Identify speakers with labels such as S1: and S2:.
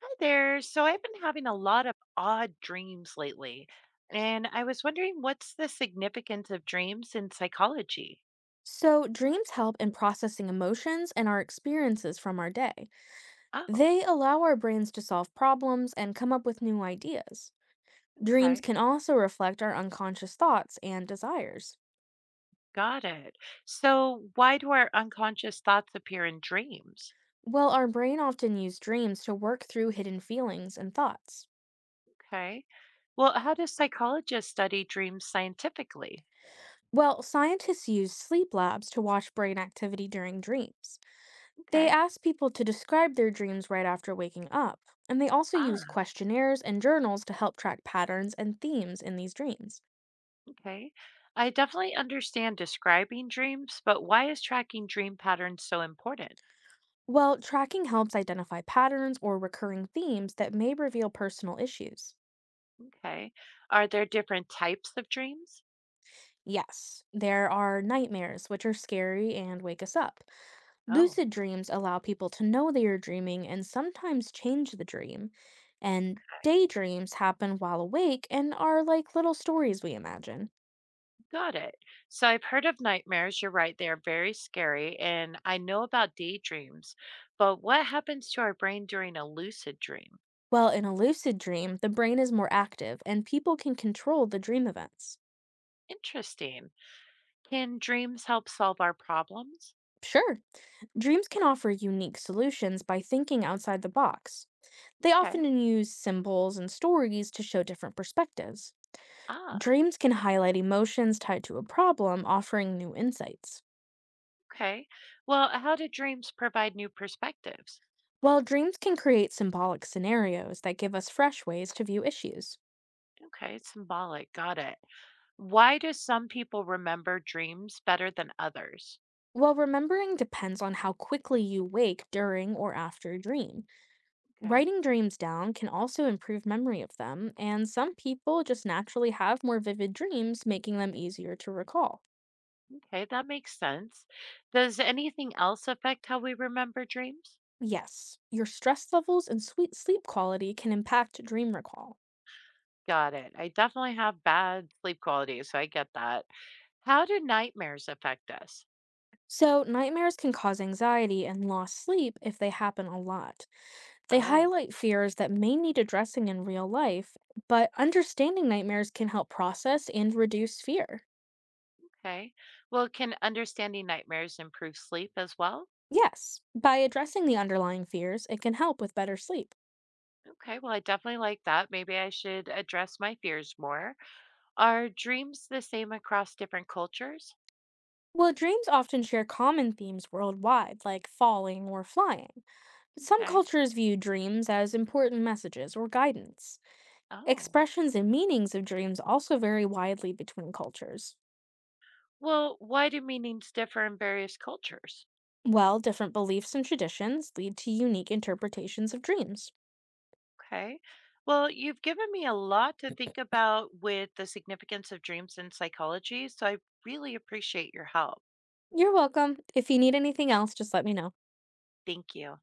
S1: Hi there. So I've been having a lot of odd dreams lately, and I was wondering what's the significance of dreams in psychology?
S2: So, dreams help in processing emotions and our experiences from our day.
S1: Oh,
S2: They allow our brains to solve problems and come up with new ideas. Dreams
S1: okay.
S2: can also reflect our unconscious thoughts and desires.
S1: Got it. So why do our unconscious thoughts appear in dreams?
S2: Well, our brain often uses dreams to work through hidden feelings and thoughts.
S1: Okay. Well, how do psychologists study dreams scientifically?
S2: Well, scientists use sleep labs to watch brain activity during dreams. They
S1: Okay.
S2: ask people to describe their dreams right after waking up, and they also use
S1: Ah,
S2: questionnaires and journals to help track patterns and themes in these dreams.
S1: okay. I definitely understand describing dreams, but why is tracking dream patterns so important?
S2: Well, tracking helps identify patterns or recurring themes that may reveal personal issues.
S1: Okay. Are there different types of dreams?
S2: Yes, there are nightmares, which are scary and wake us up.
S1: Oh.
S2: Lucid dreams allow people to know they are dreaming and sometimes change the dream. And daydreams happen while awake and are like little stories we imagine.
S1: Got it. So I've heard of nightmares. You're right. They are very scary. And I know about daydreams, but what happens to our brain during a lucid dream?
S2: Well, in a lucid dream, the brain is more active and people can control the dream events.
S1: Interesting. Can dreams help solve our problems?
S2: Sure, dreams can offer unique solutions by thinking outside the box. They often
S1: Okay.
S2: use symbols and stories to show different perspectives.
S1: Ah,
S2: Dreams can highlight emotions tied to a problem, offering new insights.
S1: okay. Well, how do dreams provide new perspectives?
S2: While dreams can create symbolic scenarios that give us fresh ways to view issues.
S1: Okay, it's symbolic. Got it. Why do some people remember dreams better than others?
S2: While remembering depends on how quickly you wake during or after a dream,
S1: Okay.
S2: writing dreams down can also improve memory of them, and some people just naturally have more vivid dreams, making them easier to recall.
S1: Okay, that makes sense. Does anything else affect how we remember dreams?
S2: Yes, your stress levels and sweet sleep quality can impact dream recall.
S1: Got it. I definitely have bad sleep quality, so I get that. How do nightmares affect us?
S2: So, nightmares can cause anxiety and lost sleep if they happen a lot. They
S1: Oh,
S2: highlight fears that may need addressing in real life, but understanding nightmares can help process and reduce fear.
S1: okay. Well, can understanding nightmares improve sleep as well?
S2: Yes, by addressing the underlying fears, it can help with better sleep.
S1: Okay, well, I definitely like that. Maybe I should address my fears more. Are dreams the same across different cultures?
S2: Well, dreams often share common themes worldwide, like falling or flying. But some
S1: Okay.
S2: cultures view dreams as important messages or guidance.
S1: Oh,
S2: Expressions and meanings of dreams also vary widely between cultures.
S1: well, why do meanings differ in various cultures?
S2: Well, different beliefs and traditions lead to unique interpretations of dreams.
S1: Okay. Well, you've given me a lot to think about with the significance of dreams in psychology, so I really appreciate your help.
S2: You're welcome. If you need anything else, just let me know.
S1: Thank you.